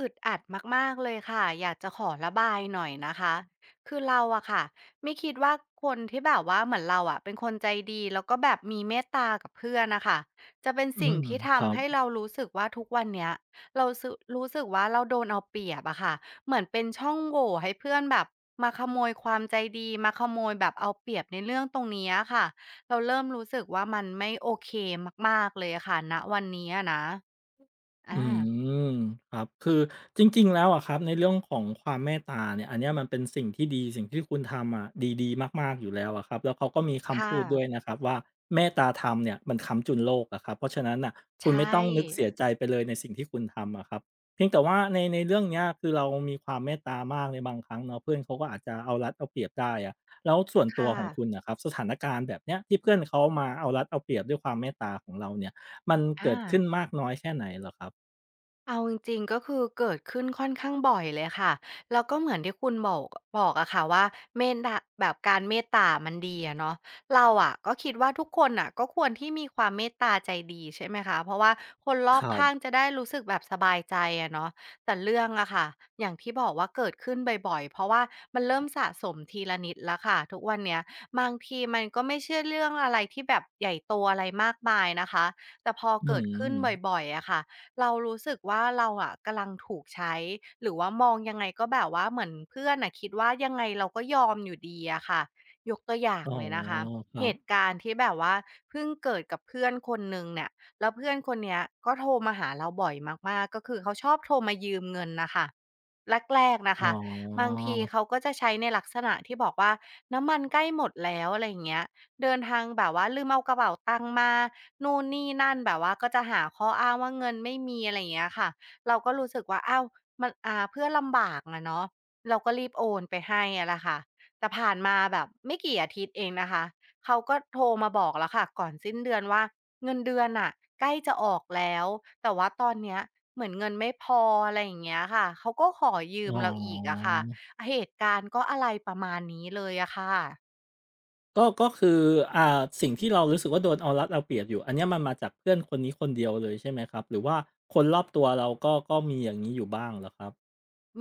อึดอัดมากๆเลยค่ะอยากจะขอระบายหน่อยนะคะคือเราอะค่ะไม่คิดว่าคนที่แบบว่าเหมือนเราอะเป็นคนใจดีแล้วก็แบบมีเมตตากับเพื่อนน่ะค่ะจะเป็นอืสิ่งมที่ครัทำบ ให้เรารู้สึกว่าทุกวันเนี้ยเราสึรู้สึกว่าเราโดนเอาเปรียบอะค่ะเหมือนเป็นช่องโหว่ให้เพื่อนแบบมาขโมยความใจดีมาขโมยแบบเอาเปรียบในเรื่องตรงนี้อะค่ะเราเริ่มรู้สึกว่ามันไม่โอเคมากๆเลยอะค่ะณวันนี้อะนะอาอืมครับ คือจริงๆแล้วอะครับในเรื่องของความเมตตาเนี่ยอันเนี้ยมันเป็นสิ่งที่ดีสิ่งที่คุณทำอะดีๆมากๆอยู่แล้วอะครับแล้วเขาก็มีคำค่ะพูดด้วยนะครับว่าเมตตาธรรมเนี่ยมันค้ำจุนโลกอะครับเพราะฉะนั้นอ่ะใชคุณไม่่ ต้องนึกเสียใจไปเลยในสิ่งที่คุณทำอะครับเพียงแต่ว่าในเรื่องเนี้ยคือเรามีความเมตตามากในบางครั้งเนาะเพื่อนเขาก็อาจจะเอารัดเอาเปรียบได้อะแล้วส่วนตัวค่ะของคุณนะครับสถานการณ์แบบเนี้ยที่เพื่อนเขามาเอารัดเอาเปรียบด้วยความเมตตาของเราเนี่ยมันเกิอา ดขึ้นมากน้อยแค่ไหนเหรอครับ เอาจริงๆก็คือเกิดขึ้นค่อนข้างบ่อยเลยค่ะแล้วก็เหมือนที่คุณบอกอะค่ะว่าเมตตาแบบการเมตตามันดีอะเนาะเราอะก็คิดว่าทุกคนอะก็ควรที่มีความเมตตาใจดีใช่ไหมคะเพราะว่าคนรคอบรัข้างบจะได้รู้สึกแบบสบายใจอะเนาะแต่เรื่องอะค่ะอย่างที่บอกว่าเกิดขึ้นบ่อยๆเพราะว่ามันเริ่มสะสมทีละนิดแล้วค่ะทุกวันเนี้ยบางทีมันก็ไม่ใช่เรื่องอะไรที่แบบใหญ่โตอะไรมากมายนะคะแต่พออืเกิดขึ้นมบ่อยๆอะค่ะ เรารู้สึกว่าเราอะกำลังถูกใช้หรือว่ามองยังไงก็แบบว่าเหมือนเพื่อนน่ะคิดว่ายังไงเราก็ยอมอยู่ดีอะค่ะยกตัวอย่างอ๋อเลยนะคะครัเหบตุการณ์ที่แบบว่าเพิ่งเกิดกับเพื่อนคนหนึ่งเนี่ยแล้วเพื่อนคนเนี้ยก็โทรมาหาเราบ่อยมากๆก็คือเขาชอบโทรมายืมเงินน่ะค่ะแรกๆนะอ๋คะบางอทีเขาก็จะใช้ในลักษณะที่บอกว่าน้ำมันใกล้หมดแล้วอะไรอย่างเงี้ย เดินทางแบบว่าลืมเอากระเป๋าตังค์มานู่นนี่นั่นแบบว่าก็จะหาข้ออ้างว่าเงินไม่มีอะไรอย่างเงี้ยค่ะเราก็รู้สึกว่าอ้าวมันเพื่อนลำบากอะเนาะเราก็รีบโอนไปให้อะแหะค่ะแต่ผ่านมาแบบไม่กี่อาทิตย์เองนะคะเขาก็โทรมาบอกแล้วค่ะก่อนสิ้นเดือนว่าเงินเดือนน่ะใกล้จะออกแล้วแต่ว่าตอนเนี้ยเหมือนเงินไม่พออะไรอย่างเงี้ยค่ะเขาก็ขอยือ๋มอเราอีกอะค่ะเหตุการณ์ก็อะไรประมาณนี้เลยอะค่ะ ก็คืออ่าสิ่งที่เรารู้สึกว่าโดนเอารัดเอาเปรียบอยู่อันเนี้ยมันมาจากเพื่อนคนนี้คนเดียวเลยใช่ไหมครับหรือว่าคนรอบตัวเราก็มีอย่างงี้อยู่บ้างเหรอครับ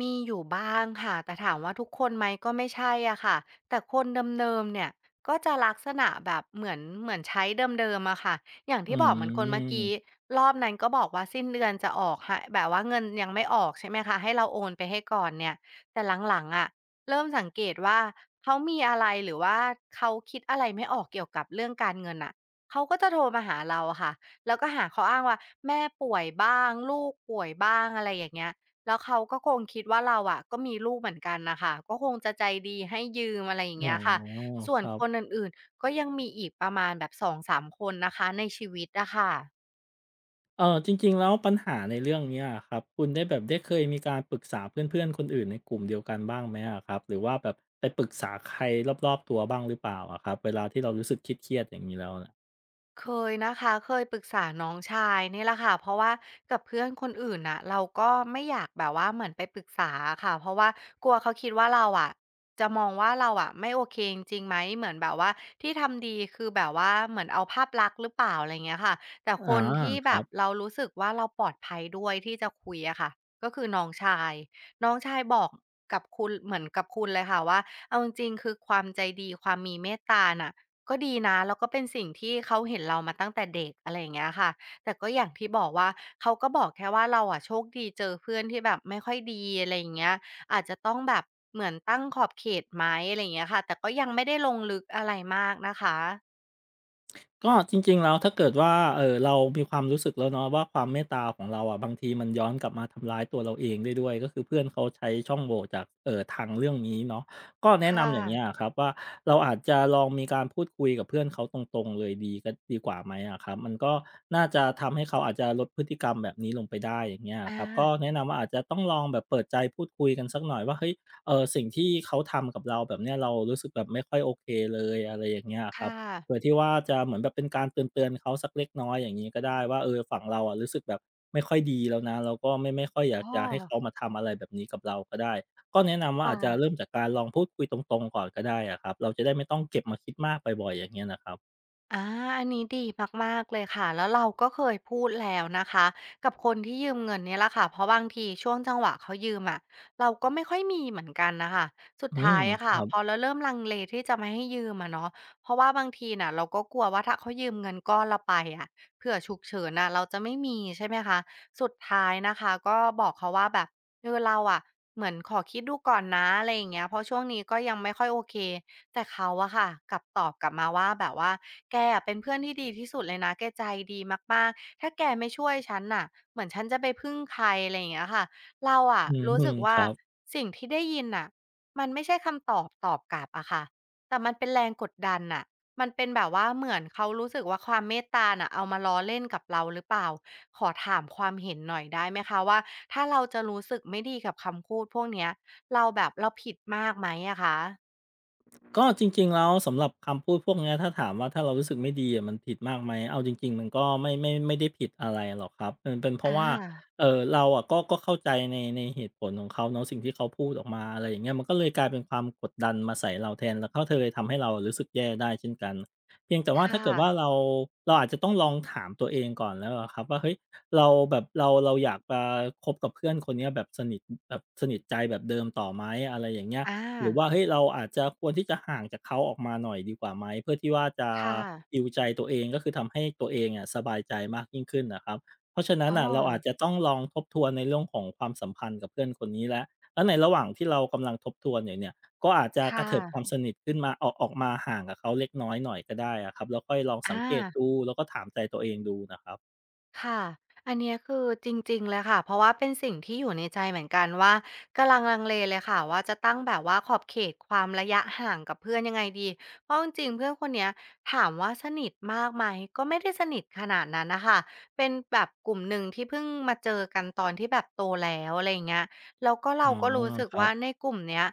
มีอยู่บ้างค่ะแต่ถามว่าทุกคนไหมก็ไม่ใช่อะค่ะแต่คนเดิมๆเนี่ยก็จะลักษณะแบบเหมือนใช้เดิมๆอะค่ะอย่างอืที่บอกเหมือนคนเมื่อกี้มรอบนั้นก็บอกว่าสิ้นเดือนจะออกใหแบบว่าเงินยังไม่ออกใช่ไหมคะให้เราโอนไปให้ก่อนเนี่ยแต่หลังๆอะเริ่มสังเกตว่าเขามีอะไรหรือว่าเขาคิดอะไรไม่ออกเกี่ยวกับเรื่องการเงินอะเขาก็จะโทรมาหาเราอะค่ะแล้วก็หาข้ออ้างว่าแม่ป่วยบ้างลูกป่วยบ้างอะไรอย่างเงี้ย แล้วเขาก็คงคิดว่าเราอะก็มีลูกเหมือนกันน่ะค่ะก็คงจะใจดีให้ยืมอะไรอย่างอ๋อเงี้ยค่ะส่ควนรัคนบอื่นๆก็ยังมีอีกประมาณแบบ2-3คนนะคะในชีวิตอะค่ะ จริงๆแล้วปัญหาในเรื่องเนี้ยอะครับคุณได้แบบได้เคยมีการปรึกษาเพื่อนๆคนอื่นในกลุ่มเดียวกันบ้างไหมอะครับหรือว่าแบบไปปรึกษาใครรอบๆตัวบ้างหรือเปล่าอะครับเวลาที่เรารู้สึกเครียดๆอย่างงี้แล้ว เคยนะคะเคยปรึกษาน้องชายนี่แหละค่ะเพราะว่ากับเพื่อนคนอื่นน่ะเราก็ไม่อยากแบบว่าเหมือนไปปรึกษาค่ะเพราะว่ากลัวเขาคิดว่าเราอะจะมองว่าเราอะไม่โอเคจริงๆไหมเหมือนแบบว่าที่ทำดีคือแบบว่าเหมือนเอาภาพลักษณ์หรือเปล่าอะไรเงี้ยค่ะแต่คอานที่คแบรับบเรารู้สึกว่าเราปลอดภัยด้วยที่จะคุยอะค่ะก็คือน้องชายบอกกับคุณเหมือนกับคุณเลยค่ะว่าเอาจริงๆคือความใจดีความมีเมตตาน่ะ ก็ดีนะแล้วก็เป็นสิ่งที่เขาเห็นเรามาตั้งแต่เด็กอะไรอย่างเงี้ยค่ะแต่ก็อย่างที่บอกว่าเขาก็บอกแค่ว่าเราอะโชคดีเจอเพื่อนที่แบบไม่ค่อยดีอะไรอย่างเงี้ยอาจจะต้องแบบเหมือนตั้งขอบเขตไหมอะไรอย่างเงี้ยค่ะแต่ก็ยังไม่ได้ลงลึกอะไรมากนะคะก็จริงๆแล้วถ้าเกิดว่าเรามีความรู้สึกแล้วเนาะว่าความเมตตาของเราอะบางทีมันย้อนกลับมาทำร้ายตัวเราเองได้ด้วยก็คือเพื่อนเขาใช้ช่องโหว่จากทางเรื่องนี้เนาะก็แนะค่ะนำอย่างเงี้ยอะครับว่าเราอาจจะลองมีการพูดคุยกับเพื่อนเขาตรงๆเลยดีก็ดีกว่าไหมอะครับมันก็น่าจะทำให้เขาอาจจะลดพฤติกรรมแบบนี้ลงไปได้อย่างเงี้ยอะคอารับก็แนะนำว่าอาจจะต้องลองแบบเปิดใจพูดคุยกันสักหน่อยว่าเฮ้ยสิ่งที่เขาทำกับเราแบบเนี้ยเรารู้สึกแบบไม่ค่อยโอเคเลยอะไรอย่างเงี้ยอะครับ ค่ะเผื่อที่ว่าจะเหมือนแบบเป็นการเตือนๆเขาสักเล็กน้อยอย่างนี้ก็ได้ว่าเออฝั่งเราอะรู้สึกแบบไม่ค่อยดีแล้วนะเราก็ไม่ค่อยอยากอ้อจะให้เขามาทำอะไรแบบนี้กับเราก็ได้ก็แนะนำว่าค่ะ อาจจะเริ่มจากการลองพูดคุยตรงๆก่อนก็ได้อะครับเราจะได้ไม่ต้องเก็บมาคิดมากบ่อยๆอย่างเงี้ยนะครับอาอันนี้ดีมากๆเลยค่ะ แล้วเราก็เคยพูดแล้วนะคะกับคนที่ยืมเงินเนี่ยแหละค่ะ เพราะบางทีช่วงจังหวะเขายืมอะเราก็ไม่ค่อยมีเหมือนกันน่ะค่ะสุดอืท้ามยอะคค่ะรับพอเราเริ่มลังเลที่จะไม่ให้ยืมอะเนาะเพราะว่าบางทีน่ะเราก็กลัวว่าถ้าเขายืมเงินก้อนเราไปอะเผื่อฉุกเฉินน่ะเราจะไม่มีใช่ไหมคะสุดท้ายนะคะก็บอกเขาว่าแบบเราอะเหมือนขอคิดดูก่อนนะอะไรอย่างเงี้ยเพราะช่วงนี้ก็ยังไม่ค่อยโอเค แต่เขาอะค่ะกลับตอบกลับมาว่าแบบว่า แกอะเป็นเพื่อนที่ดีที่สุดเลยนะแกใจดีมากๆถ้าแกไม่ช่วยฉันน่ะเหมือนฉันจะไปพึ่งใครอะไรอย่างเงี้ยค่ะเราอะอืรู้สึมกคว่ารับ สิ่งที่ได้ยินน่ะมันไม่ใช่คำตอบตอบกลับอะค่ะแต่มันเป็นแรงกดดันน่ะมันเป็นแบบว่าเหมือนเขารู้สึกว่าความเมตตาน่ะเอามาล้อเล่นกับเราหรือเปล่าขอถามความเห็นหน่อยได้ไหมคะว่าถ้าเราจะรู้สึกไม่ดีกับคำพูดพวกเนี้ยเราผิดมากไหมอะคะก็จริงๆแล้วสำหรับคำพูดพวกเนี้ยถ้าถามว่าถ้าเรารู้สึกไม่ดีอะมันผิดมากไหมเอาจริงๆมันก็ไม่ได้ผิดอะไรหรอกครับมันเป็นเพราะอาว่าเราอะก็เข้าใจในเหตุผลของเขาเนาะสิ่งที่เขาพูดออกมาอะไรอย่างเงี้ยมันก็เลยกลายเป็นความกดดันมาใส่เราแทนแล้วก็เธอเลยทำให้เรารู้สึกแย่ได้เช่นกันเพียงแต่ว่าถ้าค่ะเกิดว่าเราอาจจะต้องลองถามตัวเองก่อนแล้วอะครับว่าเฮ้ยเราแบบเราอยากจะคบกับเพื่อนคนเนี้ยแบบสนิทแบบสนิทใจแบบเดิมต่อไหมอะไรอย่างเงี้ย อาหรือว่าเฮ้ยเราอาจจะควรที่จะห่างจากเขาออกมาหน่อยดีกว่าไหมเพื่อที่ว่าจะค่ะ ฮีลใจตัวเองก็คือทำให้ตัวเองอะสบายใจมากยิ่งขึ้นนะครับเพราะฉะนั้นอ๋อน่ะเราอาจจะต้องลองทบทวนในเรื่องของความสัมพันธ์กับเพื่อนคนนี้แล้วแล้วในระหว่างที่เรากำลังทบทวนอยู่เนี่ยก็อาจจะกระค่ะเถิบความสนิทขึ้นมาออกมาห่างกับเขาเล็กน้อยหน่อยก็ได้อะครับแล้วค่อยลองสังเกตอา ดูแล้วก็ถามใจตัวเองดูนะครับค่ะ อันเนี้ยคือจริงๆเลยค่ะเพราะว่าเป็นสิ่งที่อยู่ในใจเหมือนกันว่ากำลังลังเลเลยค่ะว่าจะตั้งแบบว่าขอบเขตความระยะห่างกับเพื่อนยังไงดีเพราะจริงๆเพื่อนคนเนี้ยถามว่าสนิทมากไหมก็ไม่ได้สนิทขนาดนั้นน่ะค่ะเป็นแบบกลุ่มหนึ่งที่เพิ่งมาเจอกันตอนที่แบบโตแล้วอะไรอย่างเงี้ยแล้วก็เราอ๋อก็รู้สึกครัว่าบในกลุ่มเนี้ย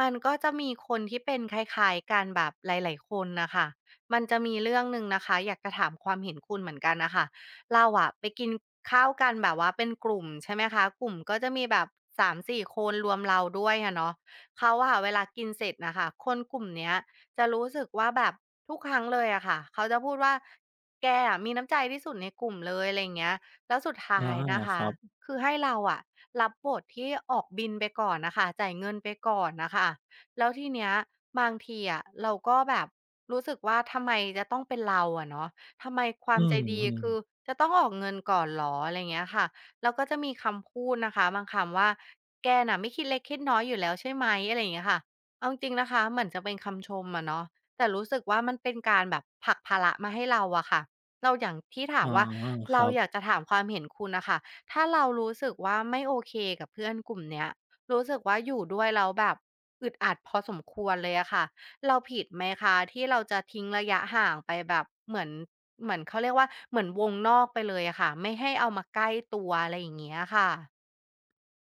มันก็จะมีคนที่เป็นคล้ายๆกันแบบหลายๆคนน่ะค่ะมันจะมีเรื่องหนึ่งนะคะอยากจะถามความเห็นคุณเหมือนกันน่ะค่ะ เราอะไปกินข้าวกันแบบว่าเป็นกลุ่มใช่ไหมคะกลุ่มก็จะมีแบบ3-4คนรวมเราด้วยอะเนาะเขาอะเวลากินเสร็จน่ะค่ะคนกลุ่มเนี้ยจะรู้สึกว่าแบบทุกครั้งเลยอะค่ะเขาจะพูดว่าแกอะมีน้ำใจที่สุดในกลุ่มเลยอะไรอย่างเงี้ยแล้วสุดอาท้ายนะคคะรับคือให้เราอะรับบทที่ออกบิลไปก่อนน่ะค่ะจ่ายเงินไปก่อนน่ะค่ะแล้วทีเนี้ยบางทีอะเราก็แบบรู้สึกว่าทำไมจะต้องเป็นเราอะเนาะ ทำไมควาอืมใจดีมคือๆจะต้องออกเงินก่อนเหรออะไรเงี้ยค่ะแล้วก็จะมีคำพูดนะคะบางคำว่าแกน่ะไม่คิดเล็กคิดน้อยอยู่แล้วใช่ไหมอะไรอย่างเงี้ยค่ะเอาจริงๆนะคะเหมือนจะเป็นคำชมอะเนาะแต่รู้สึกว่ามันเป็นการแบบผลักภาระมาให้เราอะค่ะเราอย่างที่ถาอ๋อมว่าคเรารัอยากบ จะถามความเห็นคุณน่ะค่ะถ้าเรารู้สึกว่าไม่โอเคกับเพื่อนกลุ่มเนี้ยรู้สึกว่าอยู่ด้วยแล้วแบบอึดอัดพอสมควรเลยอะค่ะ เราผิดไหมคะที่เราจะทิ้งระยะห่างไปแบบเหมือนเขาเรียกว่าเหมือนวงนอกไปเลยอะค่ะไม่ให้เอามาใกล้ตัวอะไรอย่างเงี้ยค่ะ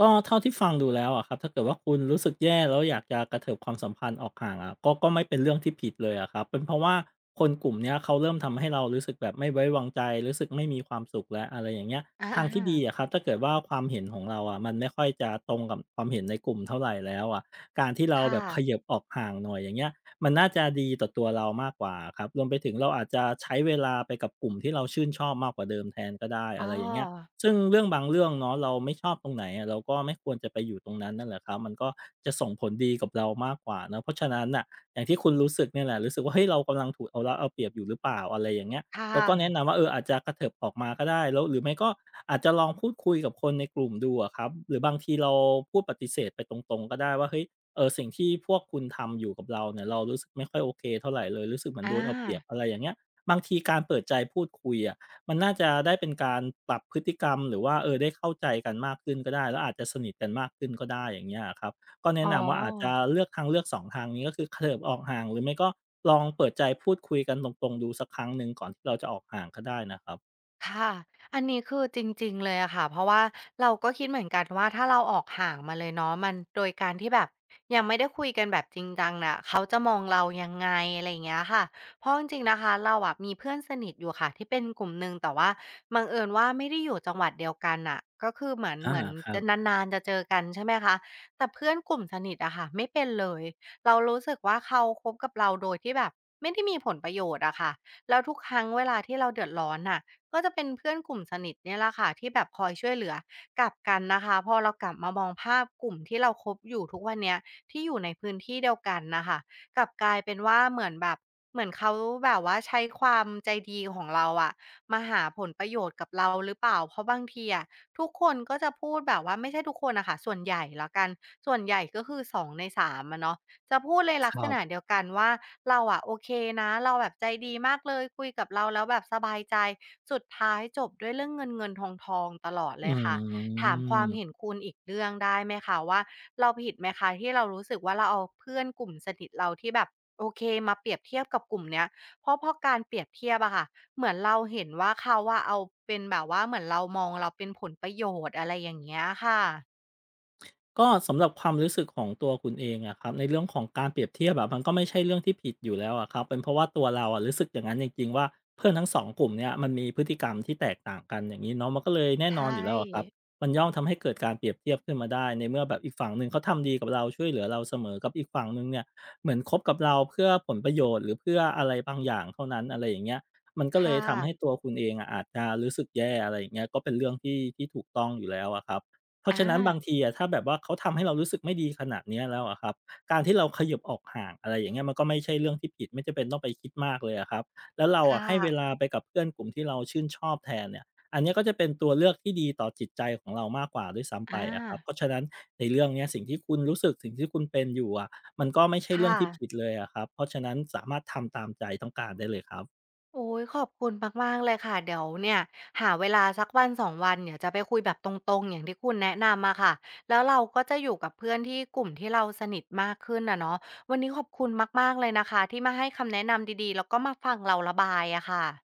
ก็เท่าที่ฟังดูแล้วอะครับถ้าเกิดว่าคุณรู้สึกแย่แล้วอยากจะกระเถิบความสัมพันธ์ออกห่างอะก็ไม่เป็นเรื่องที่ผิดเลยอะครับเป็นเพราะว่าคนกลุ่มเนี้ยเขาเริ่มทำให้เรารู้สึกแบบไม่ไว้วางใจรู้สึกไม่มีความสุขแล้วอะไรอย่างเงี้ยอาทางที่ดีๆอะครับถ้าเกิดว่าความเห็นของเราอะมันไม่ค่อยจะตรงกับความเห็นในกลุ่มเท่าไหรแล้วอะการที่เราคแบบเข่ะยิบออกห่างหน่อยอย่างเงี้ยมันน่าจะดีต่อตัวเรามากกว่าครับรวมไปถึงเราอาจจะใช้เวลาไปกับกลุ่มที่เราชื่นชอบมากกว่าเดิมแทนก็ได้อ๋ออะไรอย่างเงี้ย ซึ่งเรื่องบางเรื่องเนาะเราไม่ชอบตรงไหนอะเราก็ไม่ควรจะไปอยู่ตรงนั้นนั่นแหละครับมันก็จะส่งผลดีกับเรามากกว่านะเพราะฉะนั้นน่ะอย่างที่คุณรู้สึกเนี่ยแหละรู้สึกว่าเฮ้ยเรากำลังถูกเอาเปรียบอยู่หรือเปล่าอะไรอย่างเงี้ยค่เราก็แนะะนำว่าเอออาจจะกระเถิบออกมาก็ได้แล้วหรือไม่ก็อาจจะลองพูดคุยกับคนในกลุ่มดูอะครับหรือบางทีเราพูดปฏิเสธไปตรงๆก็ได้ว่าเฮ้ยเออสิ่งที่พวกคุณทำอยู่กับเราเนี่ยเรารู้สึกไม่ค่อยโอเคเท่าไหรเลยรู้สึกเหมือนโดอานเอาเปรียบอะไรอย่างเงี้ยบางทีการเปิดใจพูดคุยอะ มันน่าจะได้เป็นการปรับพฤติกรรมหรือว่าเออได้เข้าใจกันมากขึ้นก็ได้แล้วอาจจะสนิทกันมากขึ้นก็ได้อย่างเงี้ยอะครับก็แนะอ๋อ นำว่าอาจจะเลือกทางเลือกสองทางนี้ก็คือเขยิบออกห่างหรือไม่ก็ลองเปิดใจพูดคุยกันตรงๆดูสักครั้งหนึ่งก่อนที่เราจะออกห่างก็ได้นะครับค่ะ อันนี้คือจริงๆเลยอะค่ะเพราะว่าเราก็คิดเหมือนกันว่าถ้าเราออกห่างมาเลยเนาะมันโดยการที่แบบยังไม่ได้คุยกันแบบจริงจังน่ะเขาจะมองเรายังไงอะไรอย่างเงี้ยค่ะเพราะจริงๆนะคะเราอะมีเพื่อนสนิทอยู่ค่ะที่เป็นกลุ่มหนึ่งแต่ว่าบังเอิญว่าไม่ได้อยู่จังหวัดเดียวกันน่ะก็คือเหมือนอาเหมือนครัจะบนานๆจะเจอกันใช่ไหมคะแต่เพื่อนกลุ่มสนิทอะค่ะไม่เป็นเลยเรารู้สึกว่าเขาคบกับเราโดยที่แบบไม่ได้มีผลประโยชน์อะค่ะแล้วทุกครั้งเวลาที่เราเดือดร้อนน่ะ ก็จะเป็นเพื่อนกลุ่มสนิทเนี่ยแหละค่ะที่แบบคอยช่วยเหลือกลับกันนะคะพอเรากลับมามองภาพกลุ่มที่เราคบอยู่ทุกวันเนี้ยที่อยู่ในพื้นที่เดียวกันนะคะกลับกลายเป็นว่าเหมือนแบบเหมือนเขาแบบว่าใช้ความใจดีของเราอะมาหาผลประโยชน์กับเราหรือเปล่าเพราะบางทีอะทุกคนก็จะพูดแบบว่าไม่ใช่ทุกคนนะค่ะส่วนใหญ่แล้วกันส่วนใหญ่ก็คือสองในสามอะเนาะ จะพูดเลยคลักษรัณะบเดียวกันว่าเราอะโอเคนะเราแบบใจดีมากเลยคุยกับเราแล้วแบบสบายใจสุดท้ายจบด้วยเรื่องเงินๆทองๆตลอดเลอืยค่ะถามความเห็นม คุณอีกเรื่องได้ไหมคะว่าเราผิดไหมคะที่เรารู้สึกว่าเราเอาเพื่อนกลุ่มสนิทเราที่แบบโอเคมาเปรียบเทียบกับกลุ่มเนี้ยเพราะการเปรียบเทียบอะค่ะเหมือนเราเห็นว่าเขาอะเอาเป็นแบบว่าเหมือนเรามองเราเป็นผลประโยชน์อะไรอย่างเงี้ยค่ะก็สำหรับความรู้สึกของตัวคุณเองอะครับในเรื่องของการเปรียบเทียบแบบมันก็ไม่ใช่เรื่องที่ผิดอยู่แล้วอะครับเป็นเพราะว่าตัวเราอะรู้สึกอย่างนั้นจริงๆว่าเพื่อนทั้งสองกลุ่มเนี่ยมันมีพฤติกรรมที่แตกต่างกันอย่างนี้เนาะมันก็เลยแน่ใชนอนอ่ยู่แล้วอะครับมันย่อมทำให้เกิดการเปรียบเทียบขึ้นมาได้ในเมื่อแบบอีกฝั่งหนึ่งเขาทำดีกับเราช่วยเหลือเราเสมอกับอีกฝั่งหนึ่งเนี่ยเหมือนคบกับเราเพื่อผลประโยชน์หรือเพื่ออะไรบางอย่างเท่านั้นอะไรอย่างเงี้ยมันก็เลยค่ะทำให้ตัวคุณเองอะอาจจะรู้สึกแย่อะไรอย่างเงี้ยก็เป็นเรื่องที่ถูกต้องอยู่แล้วอะครับ เพราะอาฉะนั้นบางทีอะถ้าแบบว่าเขาทำให้เรารู้สึกไม่ดีขนาดเนี้ยแล้วอะครับการที่เราขยิบออกห่างอะไรอย่างเงี้ยมันก็ไม่ใช่เรื่องที่ผิดไม่จำเป็นต้องไปคิดมากเลยอะครับแล้วเราอะค่ะ ให้เวลาไปกับเพื่อนกลุ่มที่เราชื่นชอบแทนเนี่ยอันเนี้ยก็จะเป็นตัวเลือกที่ดีต่อจิตใจของเรามากกว่าด้วยซ้ำไปอาอะครับเพราะฉะนั้นในเรื่องเนี้ยสิ่งที่คุณรู้สึกสิ่งที่คุณเป็นอยู่อะมันก็ไม่ใช่เรื่องค่ะที่ผิดเลยอะครับเพราะฉะนั้นสามารถทำตามใจต้องการได้เลยครับโอ๊ยขอบคุณมากๆเลยค่ะเดี๋ยวเนี่ยหาเวลาสักวันสองวันเดี๋ยวจะไปคุยแบบตรงๆอย่างที่คุณแนะนำอะค่ะแล้วเราก็จะอยู่กับเพื่อนที่กลุ่มที่เราสนิทมากขึ้นอะเนาะ วันนี้ขอบคุณมากๆเลยนะคะที่มาให้คำแนะนำดีๆแล้วก็มาฟังเราระบายอะค่ะ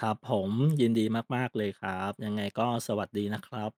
ครับผมยินดีมากๆเลยครับยังไงก็สวัสดีนะครับ